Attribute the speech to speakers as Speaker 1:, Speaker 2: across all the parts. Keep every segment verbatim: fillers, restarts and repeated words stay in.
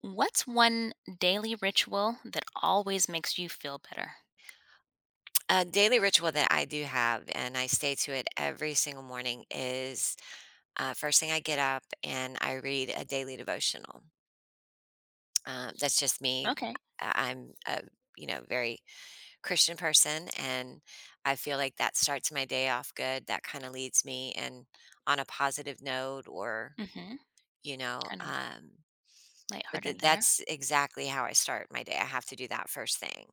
Speaker 1: What's one daily ritual that always makes you feel better?
Speaker 2: A daily ritual that I do have, and I stay to it every single morning, is uh, first thing I get up and I read a daily devotional. Um, that's just me.
Speaker 1: Okay.
Speaker 2: I- I'm a you know very Christian person, and I feel like that starts my day off good. That kind of leads me and on a positive note, or
Speaker 1: Mhm.
Speaker 2: you know,
Speaker 1: Kind of
Speaker 2: um, but th-
Speaker 1: lighthearted there.
Speaker 2: that's exactly how I start my day. I have to do that first thing.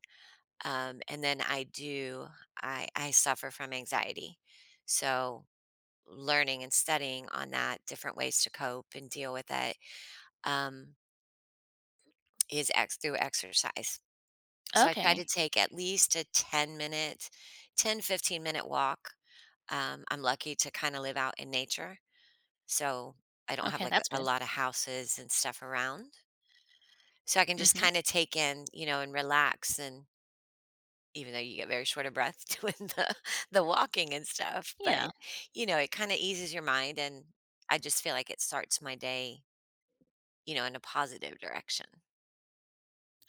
Speaker 2: Um, and then I do I I suffer from anxiety. So learning and studying on that, different ways to cope and deal with it, um, is ex through exercise. So I try to
Speaker 1: Okay.
Speaker 2: take at least a ten minute, ten fifteen minute walk. Um, I'm lucky to kind of live out in nature. So I don't have
Speaker 1: Okay,
Speaker 2: like
Speaker 1: that's
Speaker 2: a
Speaker 1: good.
Speaker 2: lot of houses and stuff around. So I can just
Speaker 1: Mhm.
Speaker 2: kind of take in, you know, and relax. And even though you get very short of breath doing the the walking and stuff, but,
Speaker 1: Yeah.
Speaker 2: you know, it kinda eases your mind, and I just feel like it starts my day, you know, in a positive direction.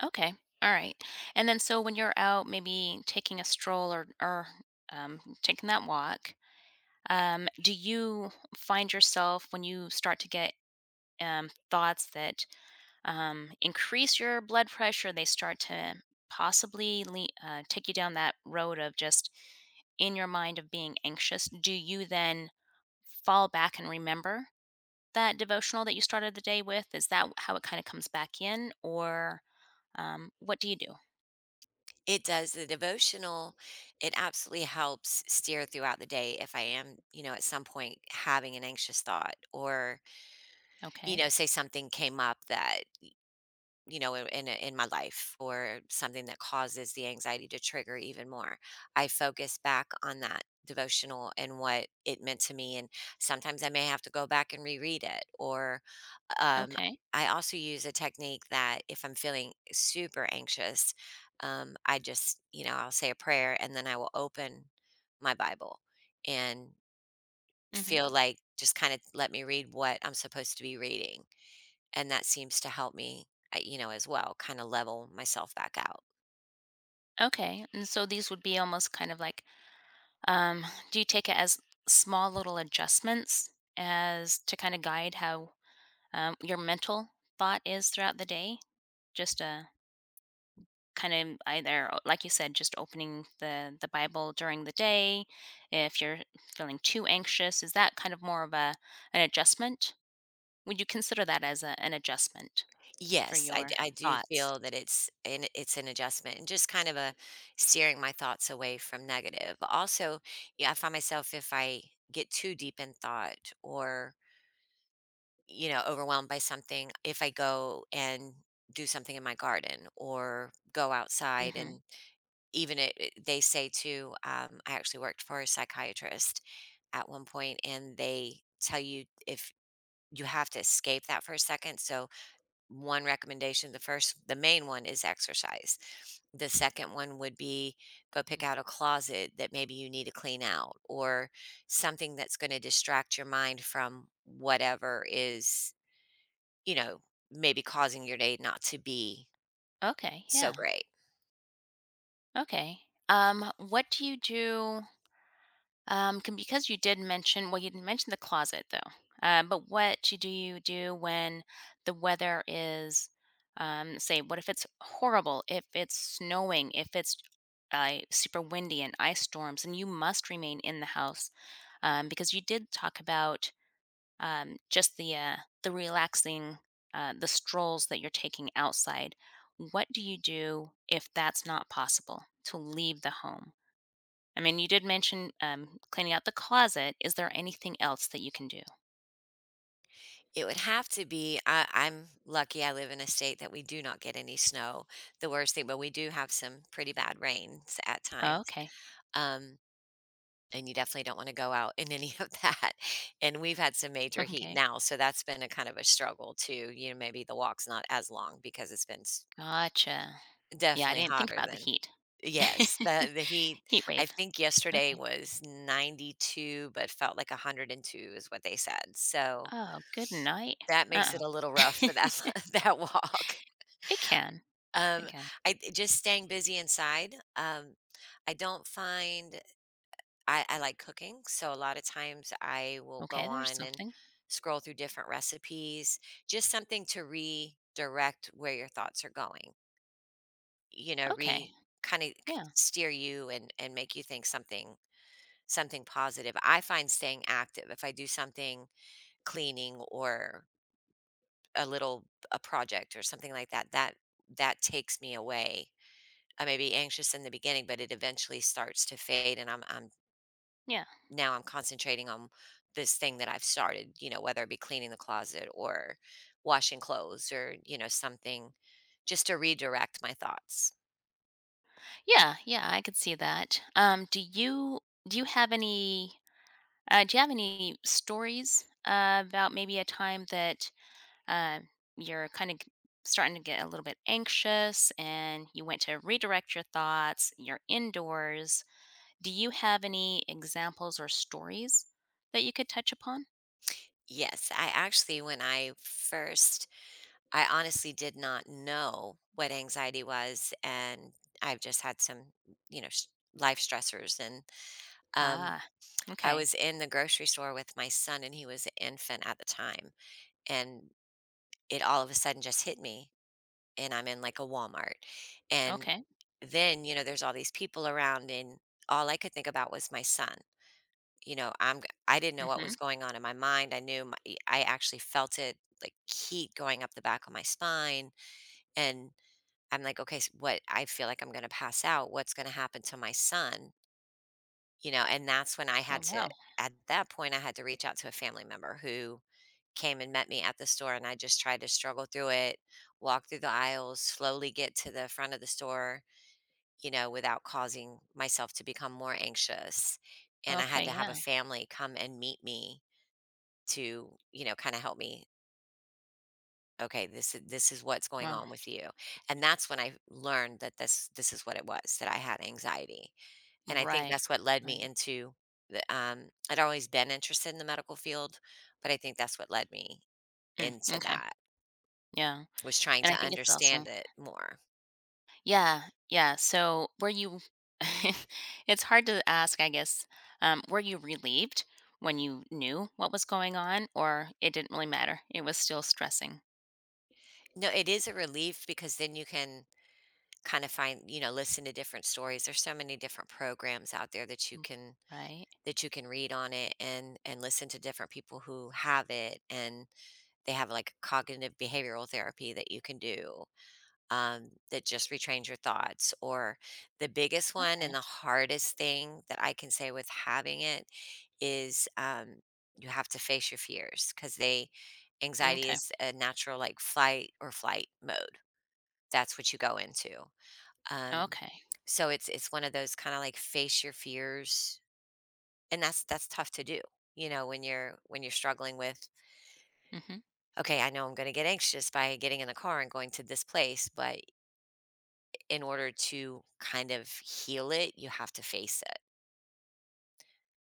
Speaker 1: Okay. All right. And then so when you're out maybe taking a stroll or or um, taking that walk, um, do you find yourself when you start to get um, thoughts that um, increase your blood pressure. They start to possibly le- uh, take you down that road of just in your mind of being anxious. Do you then fall back and remember that devotional that you started the day with? Is that how it kind of comes back in, or um, what do you do?
Speaker 2: It does the devotional, it absolutely helps steer throughout the day if I am, you know, at some point having an anxious thought, or, you
Speaker 1: Okay.
Speaker 2: know, say something came up that, you know, in in, in my life, or something that causes the anxiety to trigger even more. I focus back on that devotional and what it meant to me, and sometimes I may have to go back and reread it, or um
Speaker 1: Okay.
Speaker 2: I also use a technique that if I'm feeling super anxious, um, I just, you know, I'll say a prayer, and then I will open my Bible and
Speaker 1: Hmm.
Speaker 2: feel like just kind of let me read what I'm supposed to be reading, and that seems to help me, uh, you know, as well, kind of level myself back out.
Speaker 1: Okay. And so these would be almost kind of like, um, do you take it as small little adjustments as to kind of guide how um, your mental thought is throughout the day. Just uh, kind of either, o- like you said, just opening the the Bible during the day. If you're feeling too anxious, is that kind of more of a an adjustment? Would you consider that as a, an adjustment for
Speaker 2: Yes, I,
Speaker 1: your
Speaker 2: d- I do
Speaker 1: thoughts?
Speaker 2: feel that it's an, it's an adjustment and just kind of a steering my thoughts away from negative. Also, yeah, I find myself if I get too deep in thought, or you know overwhelmed by something, if I go and do something in my garden or go outside.
Speaker 1: Hmm.
Speaker 2: And even it it they say too, um, I actually worked for a psychiatrist at one point, and they tell you if you have to escape that for a second. So, one recommendation, the first the main one, is exercise. The second one would be go pick out a closet that maybe you need to clean out, or something that's gonna distract your mind from whatever is, you know, maybe causing your day not to be
Speaker 1: Okay,
Speaker 2: so
Speaker 1: yeah,
Speaker 2: great.
Speaker 1: okay. Um, what do you do? Um, can because you did mention well, you didn't mention the closet though. Uh, but what you do you do when the weather is, um, say, what if it's horrible? If it's snowing? If it's uh, super windy and ice storms, and you must remain in the house um, because you did talk about um, just the uh, the relaxing, uh, the strolls that you're taking outside. What do you do if that's not possible to leave the home? I mean, you did mention, um, cleaning out the closet. Is there anything else that you can do?
Speaker 2: It would have to be I I'm lucky I live in a state that we do not get any snow, the worst thing, but we do have some pretty bad rains at
Speaker 1: Oh,
Speaker 2: times.
Speaker 1: okay.
Speaker 2: um, and you definitely don't wanna go out in any of that, and we've had some major heat
Speaker 1: Okay.
Speaker 2: now, so that's been a kind of a struggle too, you know, maybe the walk's not as long because it's been s
Speaker 1: Gotcha. Yeah, I
Speaker 2: definitely
Speaker 1: didn't think
Speaker 2: hotter
Speaker 1: about the
Speaker 2: than.
Speaker 1: heat.
Speaker 2: Yes, the the heat,
Speaker 1: Heat
Speaker 2: I
Speaker 1: wave.
Speaker 2: think yesterday
Speaker 1: Okay.
Speaker 2: was ninety-two, but felt like a hundred and two is what they said, so
Speaker 1: Oh, good night.
Speaker 2: that makes it
Speaker 1: Uh-uh.
Speaker 2: a little rough for that that walk.
Speaker 1: It can. It
Speaker 2: Um,
Speaker 1: can.
Speaker 2: I just staying busy inside. Um, I don't find I I like cooking, so a lot of times I will go
Speaker 1: Okay, there's
Speaker 2: on and
Speaker 1: something.
Speaker 2: scroll through different recipes, just something to redirect where your thoughts are going. You know,
Speaker 1: Okay.
Speaker 2: re Kind of
Speaker 1: Yeah.
Speaker 2: steer you, and and make you think something something positive. I find staying active, if I do something, cleaning or a little a project or something like that, that that takes me away. I may be anxious in the beginning, but it eventually starts to fade, and i'm i'm
Speaker 1: Yeah.
Speaker 2: now i'm concentrating on this thing that I've started, you know whether it be cleaning the closet or washing clothes, or you know something, just to redirect my thoughts.
Speaker 1: Yeah, yeah, I could see that. Um, do you do you have any, uh, do you have any stories uh, about maybe a time that um, you're kind of starting to get a little bit anxious and you want to redirect your thoughts, you're indoors. Do you have any examples or stories that you could touch upon?
Speaker 2: Yes, I actually, when I first I honestly did not know what anxiety was, and I've just had some, you know s- life stressors, and um
Speaker 1: Ah,
Speaker 2: I
Speaker 1: okay.
Speaker 2: was in the grocery store with my son, and he was an infant at the time, and it all of a sudden just hit me, and I'm in, like, a Walmart, and
Speaker 1: Okay.
Speaker 2: then, you know, there's all these people around, and all I could think about was my son. you know, I'm g I didn't know what
Speaker 1: Mm-hmm.
Speaker 2: was going on in my mind. I knew my I actually felt it, like, heat going up the back of my spine, and I'm like, "Okay, s what, I feel like I'm gonna pass out, what's gonna happen to my son?" You know, and that's when I
Speaker 1: Oh,
Speaker 2: had to
Speaker 1: wow.
Speaker 2: At that point, I had to reach out to a family member who came and met me at the store, and I just tried to struggle through it, walk through the aisles, slowly get to the front of the store, you know, without causing myself to become more anxious. And I had
Speaker 1: Okay.
Speaker 2: to have a
Speaker 1: Yeah.
Speaker 2: family come and meet me to, you know, kind of help me. Okay, this is this is what's going
Speaker 1: Wow.
Speaker 2: on with you. And that's when I learned that this this is what it was, that I had anxiety. And I think
Speaker 1: Right.
Speaker 2: that's what led me
Speaker 1: Right.
Speaker 2: into the um I'd always been interested in the medical field, but I think that's what led me
Speaker 1: Mm,
Speaker 2: into
Speaker 1: okay.
Speaker 2: that,
Speaker 1: Yeah.
Speaker 2: was trying
Speaker 1: And
Speaker 2: to
Speaker 1: I think it's also
Speaker 2: understand it more.
Speaker 1: yeah, yeah. So were you it's hard to ask, I guess. Um, were you relieved when you knew what was going on or it didn't really matter? It was still stressing.
Speaker 2: No, it is a relief, because then you can kind of find, you know, listen to different stories. There's so many different programs out there that you
Speaker 1: Mm.
Speaker 2: can
Speaker 1: Right?
Speaker 2: that you can read on it, and and listen to different people who have it, and they have like cognitive behavioral therapy that you can do, um, that just retrains your thoughts. Or the biggest one, and the
Speaker 1: Okay.
Speaker 2: hardest thing that I can say with having it, is, um, you have to face your fears, because they anxiety
Speaker 1: Okay.
Speaker 2: is a natural like flight or flight mode. That's what you go into. Um,
Speaker 1: Okay.
Speaker 2: so it's it's one of those kind of like face your fears, and that's that's tough to do. You know, when you're when you're struggling with,
Speaker 1: Mm-hmm.
Speaker 2: okay, I know I'm going to get anxious by getting in the car and going to this place, but in order to kind of heal it, you have to face it.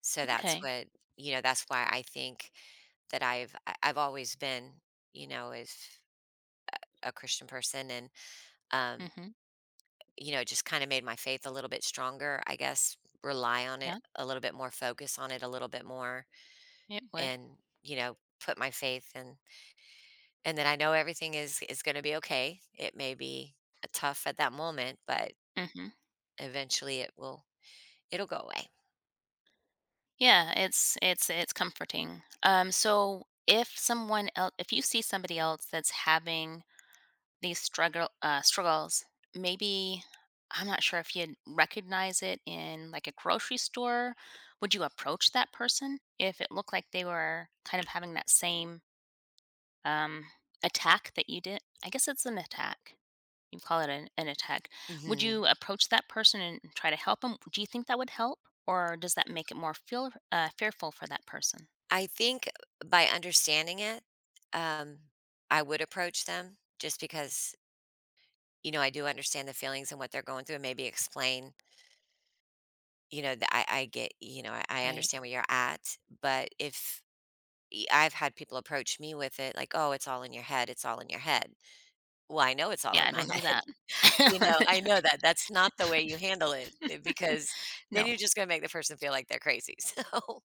Speaker 2: So that's
Speaker 1: Okay.
Speaker 2: what You know, that's why I think that I've I- I've always been, you know, is a Christian person. And um,
Speaker 1: Mm-hmm.
Speaker 2: you know, it just kind of made my faith a little bit stronger, I guess, rely on it
Speaker 1: Yeah,
Speaker 2: a little bit more, focus on it a little bit more,
Speaker 1: it would.
Speaker 2: and, you know, put my faith, and and then I know everything is is going to be okay. It may be uh, tough at that moment, but
Speaker 1: Mm-hmm.
Speaker 2: eventually it will it'll go away.
Speaker 1: Yeah, it's it's it's comforting. Um, so if someone else if you see somebody else that's having these struggle uh, struggles maybe I'm not sure if you'd recognize it in like a grocery store would you approach that person if it looked like they were kind of having that same um, attack that you did I guess it's an attack you call it an, an attack would
Speaker 2: Mm-hmm.
Speaker 1: you approach that person and try to help them do you think that would help or does that make it more feel uh, fearful for that person
Speaker 2: I think, by understanding it, um, I would approach them, just because, you know, I do understand the feelings and what they're going through, and maybe explain, you know, that I, I get, you know, I, I
Speaker 1: right
Speaker 2: understand where you're at. But if y- I've had people approach me with it, like, oh, it's all in your head. It's all in your head. Well, I know it's all in
Speaker 1: yeah
Speaker 2: my
Speaker 1: don't do
Speaker 2: head.
Speaker 1: that
Speaker 2: You know, I know
Speaker 1: Don't
Speaker 2: that that's not the way you
Speaker 1: do-
Speaker 2: handle it, eh, because then
Speaker 1: no
Speaker 2: you're just going to make the person feel like they're crazy. So,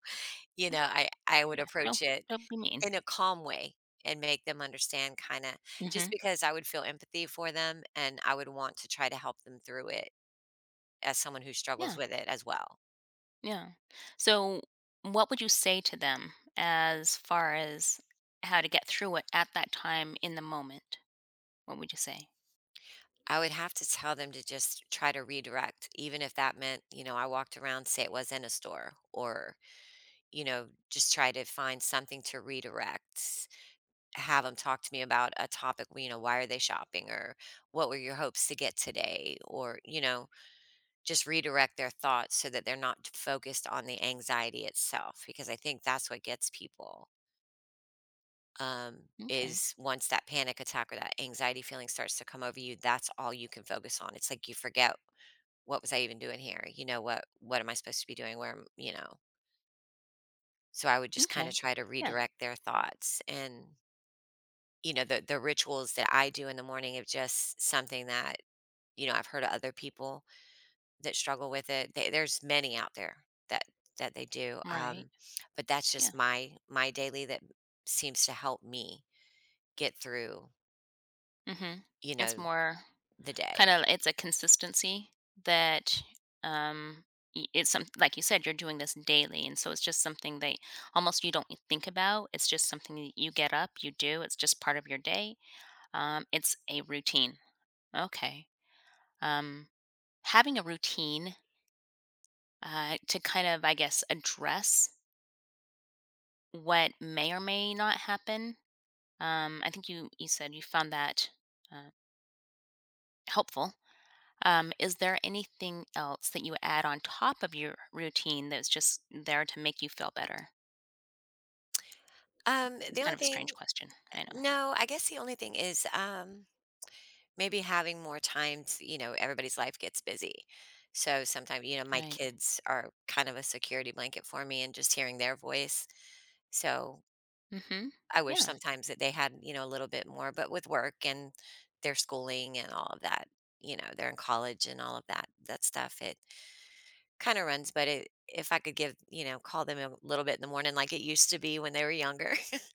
Speaker 2: you know, I, I would
Speaker 1: yeah
Speaker 2: approach
Speaker 1: well
Speaker 2: it
Speaker 1: don't be mean.
Speaker 2: in a calm way and make them understand kind of, just
Speaker 1: Hmm.
Speaker 2: because I would feel empathy for them, and I would want to try to help them through it, as someone who struggles
Speaker 1: Yeah,
Speaker 2: with it as well.
Speaker 1: yeah. So, what would you say to them as far as how to get through it at that time in the moment? What would you say?
Speaker 2: I would have to tell them to just try to redirect, even if that meant, you know, I walked around, say it was in a store, or, you know, just try to find something to redirect. Have them talk to me about a topic, you know, why are they shopping, or what were your hopes to get today? Or, you know, just redirect their thoughts, so that they're not focused on the anxiety itself, because I think that's what gets people, um,
Speaker 1: Okay,
Speaker 2: is once that panic attack or that anxiety feeling starts to come over you, that's all you can focus on. It's like you forget, what was I even doing here, you know what what am I supposed to be doing, where am you know so I would just kind
Speaker 1: okay.
Speaker 2: of try to
Speaker 1: Yeah,
Speaker 2: redirect their thoughts. And you know the the rituals that I do in the morning, of just something that, you know I've heard of other people that struggle with it. They, there's many out there that that they do,
Speaker 1: right.
Speaker 2: um, but that's
Speaker 1: Yeah.
Speaker 2: just my my daily that seems to help me get through.
Speaker 1: Hmm.
Speaker 2: You
Speaker 1: It's
Speaker 2: know,
Speaker 1: more
Speaker 2: the day.
Speaker 1: kind of it's a consistency that um y- it's some like you said you're doing this daily and so it's just something that almost you don't think about it's just something that you get up you do it's just part of your day um, it's a routine okay um, having a routine uh, to kind of, I guess, address what may or may not happen. Um, I think you, you said you found that uh, helpful. Um, is there anything else that you add on top of your routine that's just there to make you feel better?
Speaker 2: Um,
Speaker 1: It's
Speaker 2: the
Speaker 1: kind
Speaker 2: only
Speaker 1: of a
Speaker 2: thing,
Speaker 1: strange question. I know.
Speaker 2: no, I guess the only thing is, um, maybe having more time. To, you know, everybody's life gets busy, so sometimes, you know my
Speaker 1: Right.
Speaker 2: kids are kind of a security blanket for me, and just hearing their voice. So
Speaker 1: Mm-hmm.
Speaker 2: I wish
Speaker 1: Yeah.
Speaker 2: sometimes that they had, you know, a little bit more, but with work and their schooling and all of that, you know, they're in college and all of that that stuff. It kinda runs, but it if I could, give you know, call them a little bit in the morning, like it used to be when they were younger,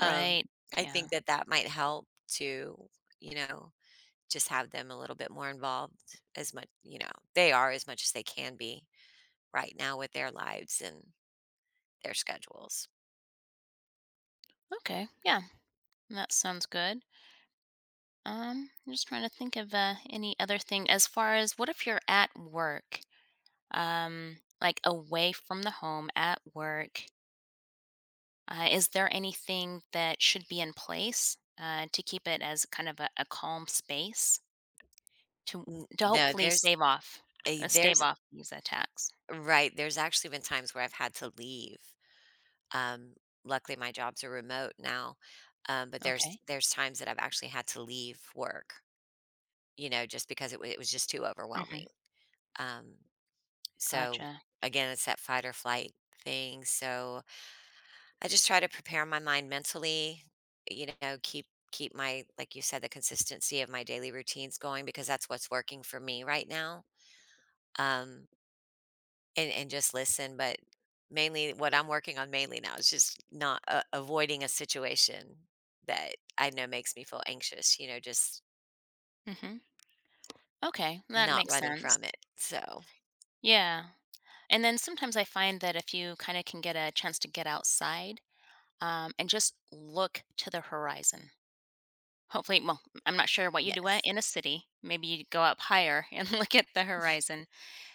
Speaker 2: um, I think
Speaker 1: Yeah.
Speaker 2: that that might help, to, you know, just have them a little bit more involved, as much you know, they are as much as they can be right now with their lives and their schedules.
Speaker 1: Okay. Yeah. That sounds good. Um, I'm just trying to think of uh, any other thing as far as what if you're at work um, like away from the home at work. Uh, is there anything that should be in place uh, to keep it as kind of a, a calm space to
Speaker 2: N
Speaker 1: to
Speaker 2: no,
Speaker 1: hopefully
Speaker 2: there's
Speaker 1: stave off
Speaker 2: a
Speaker 1: uh, stave
Speaker 2: there's
Speaker 1: off these attacks?
Speaker 2: right, there's actually been times where I've had to leave. Um, Luckily, my jobs are remote now, um, but there's
Speaker 1: Okay.
Speaker 2: there's times that I've actually had to leave work, you know, just because it, wa- it was just too overwhelming.
Speaker 1: Hmm.
Speaker 2: Um, so
Speaker 1: Gotcha.
Speaker 2: again, it's that fight or flight thing. So I just try to prepare my mind mentally, you know, keep keep my, like you said, the consistency of my daily routines going, because that's what's working for me right now. Um, and and just listen, but mainly what I'm working on mainly now is just not uh, avoiding a situation that I know makes me feel anxious, you know, just
Speaker 1: Hmm. Okay, that
Speaker 2: not
Speaker 1: makes
Speaker 2: running
Speaker 1: sense.
Speaker 2: from it. So,
Speaker 1: Yeah. And then sometimes I find that if you kind of can get a chance to get outside um, and just look to the horizon, hopefully well, I'm not sure what you do at
Speaker 2: yes.
Speaker 1: in a city. Maybe you go up higher and look at the horizon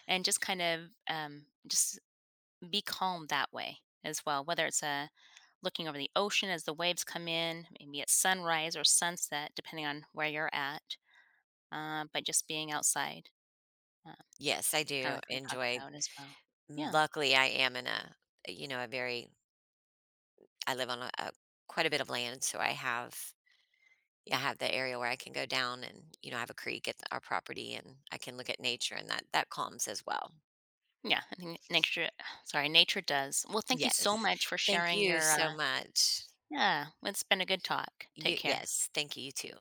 Speaker 1: and just kind of, um, just be calm that way as well, whether it's, uh, looking over the ocean as the waves come in, maybe it's sunrise or sunset depending on where you're at, uh, but just being outside, uh,
Speaker 2: Yes, I
Speaker 1: kinda
Speaker 2: do
Speaker 1: like we were talking
Speaker 2: enjoy,
Speaker 1: about as well. Yeah.
Speaker 2: luckily I am in a, you know, a very I live on a, a quite a bit of land, so I have I have the area where I can go down, and you know, I have a creek at our property, and I can look at nature, and that that calms as well.
Speaker 1: Yeah, I think nature sorry, nature does. Well, thank you so
Speaker 2: Yes.
Speaker 1: much for
Speaker 2: Thank
Speaker 1: sharing
Speaker 2: you
Speaker 1: your,
Speaker 2: so
Speaker 1: uh
Speaker 2: much.
Speaker 1: yeah, it's been a good talk.
Speaker 2: You
Speaker 1: Take care.
Speaker 2: Yes, thank you, you too.